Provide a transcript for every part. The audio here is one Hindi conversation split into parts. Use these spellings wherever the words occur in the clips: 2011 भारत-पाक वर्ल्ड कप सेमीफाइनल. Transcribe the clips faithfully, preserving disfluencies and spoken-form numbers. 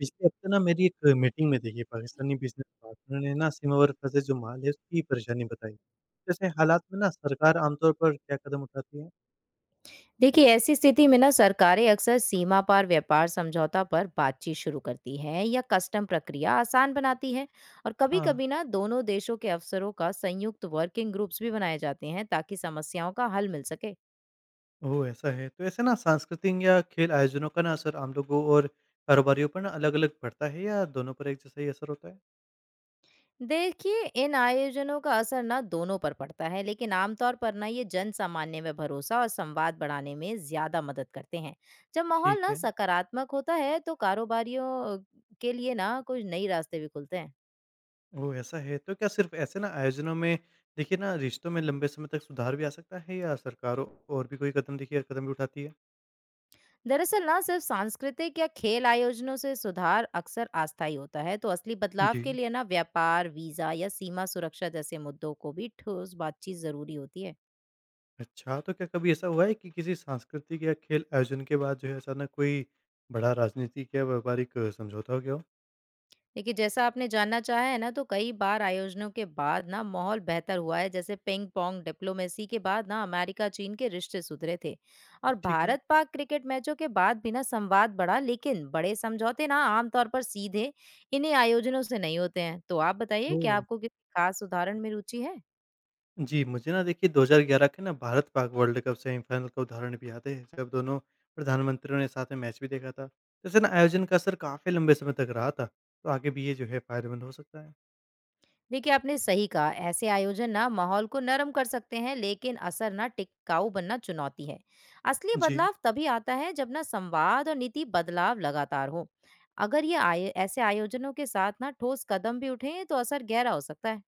पिछले हफ्ते ना मेरी एक मीटिंग में देखिए पाकिस्तानी बिजनेस पार्टनर ने ना सीमा पर फंसे जो माल है उसकी परेशानी बताई। जैसे हालात में ना सरकार आमतौर पर क्या कदम उठाती है? देखिए ऐसी स्थिति में ना सरकारें अक्सर सीमा पार व्यापार समझौता पर बातचीत शुरू करती हैं या कस्टम प्रक्रिया आसान बनाती है। और हाँ, कभी-कभी ना दोनों देशों के अफसरों का संयुक्त वर्किंग ग्रुप्स भी बनाए जाते हैं ताकि समस्याओं का हल मिल सके। वो ऐसा है तो ऐसे ना सांस्कृतिक या खेल आयोजनों का ना असर आम लोगों और कारोबारियों पर ना अलग अलग पड़ता है या दोनों पर एक जैसा ही असर होता है? देखिए इन आयोजनों का असर ना दोनों पर पड़ता है, लेकिन आमतौर पर ना ये जन सामान्य में भरोसा और संवाद बढ़ाने में ज्यादा मदद करते हैं। जब माहौल ठीक ना है। सकारात्मक होता है तो कारोबारियों अ, के लिए ना कुछ नई रास्ते भी खुलते हैं। वो ऐसा है तो क्या सिर्फ ऐसे ना आयोजनों में देखिए ना रिश्तों में लंबे समय तक सुधार भी आ सकता है या सरकारों और भी कोई कदम देखिए कदम भी उठाती है? दरअसल ना सिर्फ सांस्कृतिक या खेल आयोजनों से सुधार अक्सर अस्थायी होता है, तो असली बदलाव के जी। लिए ना व्यापार वीजा या सीमा सुरक्षा जैसे मुद्दों को भी ठोस बातचीत जरूरी होती है। अच्छा, तो क्या कभी ऐसा हुआ है कि किसी सांस्कृतिक या खेल आयोजन के बाद जो है अचानक कोई बड़ा राजनीतिक या व्यापारिक अ, समझौता हो गया हो? देखिए जैसा आपने जानना चाहा है ना, तो कई बार आयोजनों के बाद ना माहौल बेहतर हुआ है। जैसे पिंग पोंग डिप्लोमेसी के बाद ना अमेरिका चीन के रिश्ते सुधरे थे। और ठीक है। भारत पाक क्रिकेट मैचों के बाद भी ना संवाद बढ़ा, लेकिन बड़े समझौते ना आमतौर पर सीधे इन्हीं आयोजनों से नहीं होते हैं। तो आप बताइए कि ओह! आपको किसी खास उदाहरण में रुचि है। जी, मुझे ना देखिए दो हज़ार ग्यारह के ना भारत-पाक वर्ल्ड कप सेमीफाइनल का उदाहरण भी याद है, जब दोनों प्रधानमंत्रियों ने साथ में मैच भी देखा था। जैसे ना आयोजन का असर काफ़ी लंबे समय तक रहा था, तो आगे भी ये जो है फायदेमंद हो सकता है। देखिए आपने सही कहा, ऐसे आयोजन ना माहौल को नरम कर सकते हैं, लेकिन असर ना टिकाऊ बनना चुनौती है। असली जी। बदलाव तभी आता है जब ना संवाद और नीति बदलाव लगातार हो। अगर ये आय, ऐसे आयोजनों के साथ ना ठोस कदम भी उठें तो असर गहरा हो सकता है।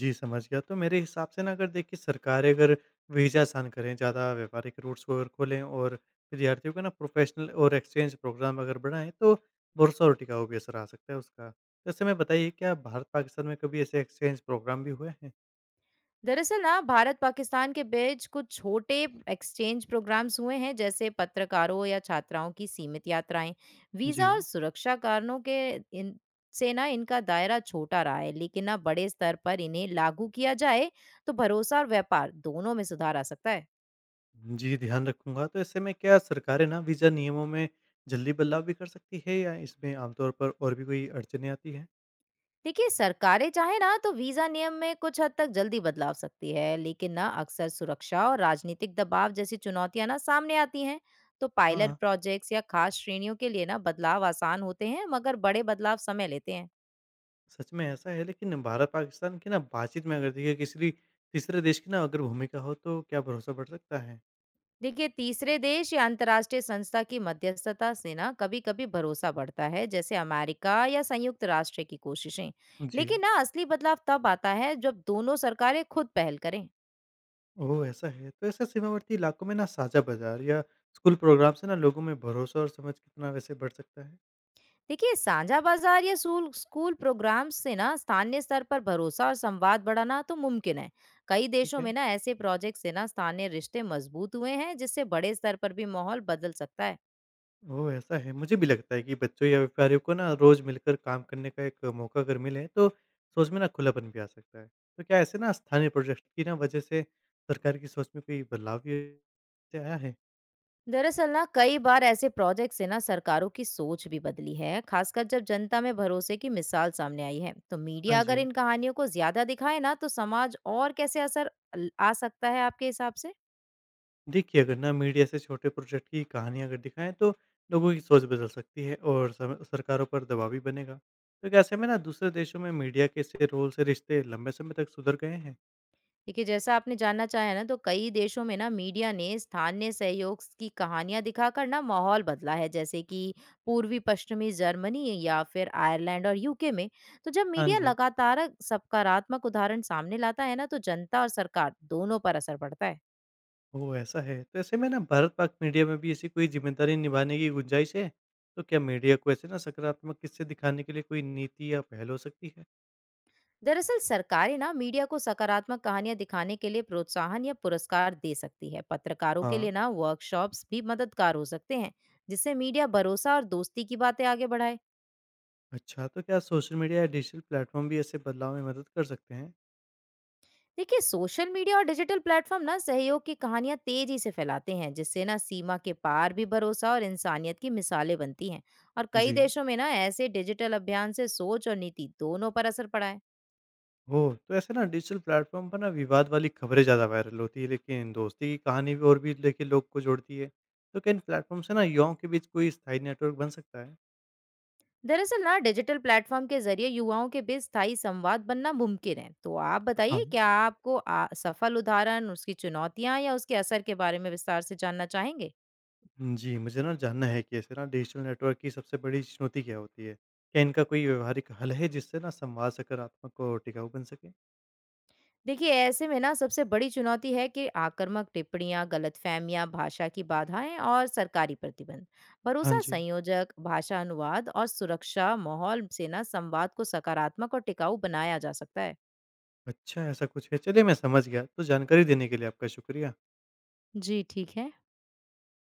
जी, समझ गया। तो मेरे हिसाब से ना अगर देखिए सरकारें अगर वीज़ा आसान करें, ज़्यादा व्यापारिक रूट्स को अगर खोलें और विद्यार्थियों को ना प्रोफ़ेशनल और एक्सचेंज प्रोग्राम अगर बढ़ाएँ तो भरोसा और टिकाऊ भी असर आ सकता है उसका। तो ऐसे में बताइए क्या भारत-पाकिस्तान में कभी ऐसे एक्सचेंज प्रोग्राम भी हुए हैं? दरअसल ना भारत पाकिस्तान के बीच कुछ छोटे एक्सचेंज प्रोग्राम्स हुए हैं, जैसे पत्रकारों या छात्राओं की सीमित यात्राएं। जी। वीजा और सुरक्षा कारणों के इन से ना इनका दायरा छोटा रहा है, लेकिन ना बड़े स्तर पर इन्हें लागू किया जाए तो भरोसा और व्यापार दोनों में सुधार आ सकता है। जी, ध्यान रखूँगा। तो ऐसे में क्या सरकारें ना वीज़ा नियमों में जल्दी बदलाव भी कर सकती है या इसमें आमतौर पर और भी कोई अड़चनें आती हैं? देखिए सरकारें चाहे ना तो वीजा नियम में कुछ हद तक जल्दी बदलाव सकती है, लेकिन ना अक्सर सुरक्षा और राजनीतिक दबाव जैसी चुनौतियां ना सामने आती हैं। तो पायलट हाँ। प्रोजेक्ट्स या खास श्रेणियों के लिए ना बदलाव आसान होते हैं, मगर बड़े बदलाव समय लेते हैं। सच में ऐसा है, लेकिन भारत पाकिस्तान की ना बातचीत में अगर देखिए किसी तीसरे देश की ना अगर भूमिका हो तो क्या भरोसा बढ़ सकता है? देखिए तीसरे देश या अंतर्राष्ट्रीय संस्था की मध्यस्थता से ना कभी कभी भरोसा बढ़ता है, जैसे अमेरिका या संयुक्त राष्ट्र की कोशिशें। लेकिन जी। ना असली बदलाव तब आता है जब दोनों सरकारें खुद पहल करें। ओह ऐसा है तो ऐसा सीमावर्ती इलाकों में ना साझा बाजार या स्कूल प्रोग्राम से ना लोगों में भरोसा और समझ कितना वैसे बढ़ सकता है? देखिए साझा बाजार या सूल- स्कूल प्रोग्राम से ना स्थानीय स्तर पर भरोसा और संवाद बढ़ाना तो मुमकिन है। कई ठीक देशों है। में ना ऐसे प्रोजेक्ट से ना स्थानीय रिश्ते मजबूत हुए हैं, जिससे बड़े स्तर पर भी माहौल बदल सकता है। ओह ऐसा है, मुझे भी लगता है कि बच्चों या व्यापारियों को ना रोज मिलकर काम करने का एक मौका अगर मिले तो सोच में ना खुलापन भी आ सकता है। तो क्या ऐसे ना स्थानीय प्रोजेक्ट की ना वजह से सरकार की सोच में कोई बदलाव भी आया है? दरअसल ना कई बार ऐसे प्रोजेक्ट से ना सरकारों की सोच भी बदली है, खासकर जब जनता में भरोसे की मिसाल सामने आई है। तो हाँ मीडिया अगर जी। इन कहानियों को ज्यादा दिखाए ना, तो समाज और कैसे असर आ सकता है आपके हिसाब से? देखिए, अगर ना मीडिया ऐसे छोटे प्रोजेक्ट की कहानियाँ अगर दिखाएँ तो लोगों की सोच बदल सकती है और सम सरकारों पर दबाव भी बनेगा। तो क्या ऐसे में ना दूसरे देशों में मीडिया के से रोल से रिश्ते लंबे समय तक सुधर गए हैं? देखिए जैसा आपने जानना चाहे ना, तो कई देशों में ना मीडिया ने स्थानीय सहयोग की कहानियां दिखाकर ना माहौल बदला है, जैसे कि पूर्वी पश्चिमी जर्मनी या फिर आयरलैंड और यूके में। तो जब हाँ मीडिया जी। लगातार सकारात्मक उदाहरण सामने लाता है ना, तो जनता और सरकार दोनों पर असर पड़ता है। ओह! ऐसा है। तो ऐसे में ना भारत-पाक मीडिया में भी ऐसी कोई ज़िम्मेदारी निभाने की गुंजाइश है? तो क्या मीडिया को ऐसे ना सकारात्मक किस्से दिखाने के लिए कोई नीति या पहल हो सकती है? दरअसल सरकारें ना मीडिया को सकारात्मक कहानियां दिखाने के लिए प्रोत्साहन या पुरस्कार दे सकती है। पत्रकारों के हाँ। लिए ना वर्कशॉप्स भी मददगार हो सकते हैं, जिससे मीडिया भरोसा और दोस्ती की बातें आगे बढ़ाए। अच्छा, तो क्या सोशल मीडिया या डिजिटल प्लेटफ़ॉर्म भी ऐसे बदलाव में मदद कर सकते हैं? देखिए सोशल मीडिया और डिजिटल प्लेटफॉर्म ना सहयोग की कहानियां तेजी से फैलाते हैं, जिससे ना सीमा के पार भी भरोसा और इंसानियत की मिसालें बनती हैं। और कई जी। देशों में ना ऐसे डिजिटल अभियान से सोच और नीति दोनों पर असर पड़ा है। ओह! तो ऐसे ना डिजिटल प्लेटफ़ॉर्म पर ना विवाद वाली खबरें ज़्यादा वायरल होती है, लेकिन दोस्ती की कहानी भी और भी देखिए लोग को जोड़ती है। तो क्या इन प्लेटफ़ॉर्म से ना युवाओं के बीच कोई स्थायी नेटवर्क बन सकता है? दरअसल ना डिजिटल प्लेटफॉर्म के जरिए युवाओं के बीच स्थायी संवाद बनना मुमकिन है। तो आप हाँ। बताइए क्या आपको आ, सफल उदाहरण, उसकी चुनौतियां या उसके असर के बारे में विस्तार से जानना चाहेंगे? जी, मुझे ना जानना है कि ऐसे ना डिजिटल नेटवर्क की सबसे बड़ी चुनौती क्या होती है? क्या इनका कोई व्यावहारिक हल है जिससे ना संवाद सकारात्मक और टिकाऊ बन सके? देखिए ऐसे में ना सबसे बड़ी चुनौती है कि आक्रामक टिप्पणियां, गलतफहमियां, भाषा की बाधाएं और सरकारी प्रतिबंध। हाँ भरोसा जी। संयोजक, भाषा अनुवाद और सुरक्षा माहौल से ना संवाद को सकारात्मक और टिकाऊ बनाया जा सकता है। अच्छा, ऐसा कुछ है। चलिए मैं समझ गया, तो जानकारी देने के लिए आपका शुक्रिया। जी ठीक है।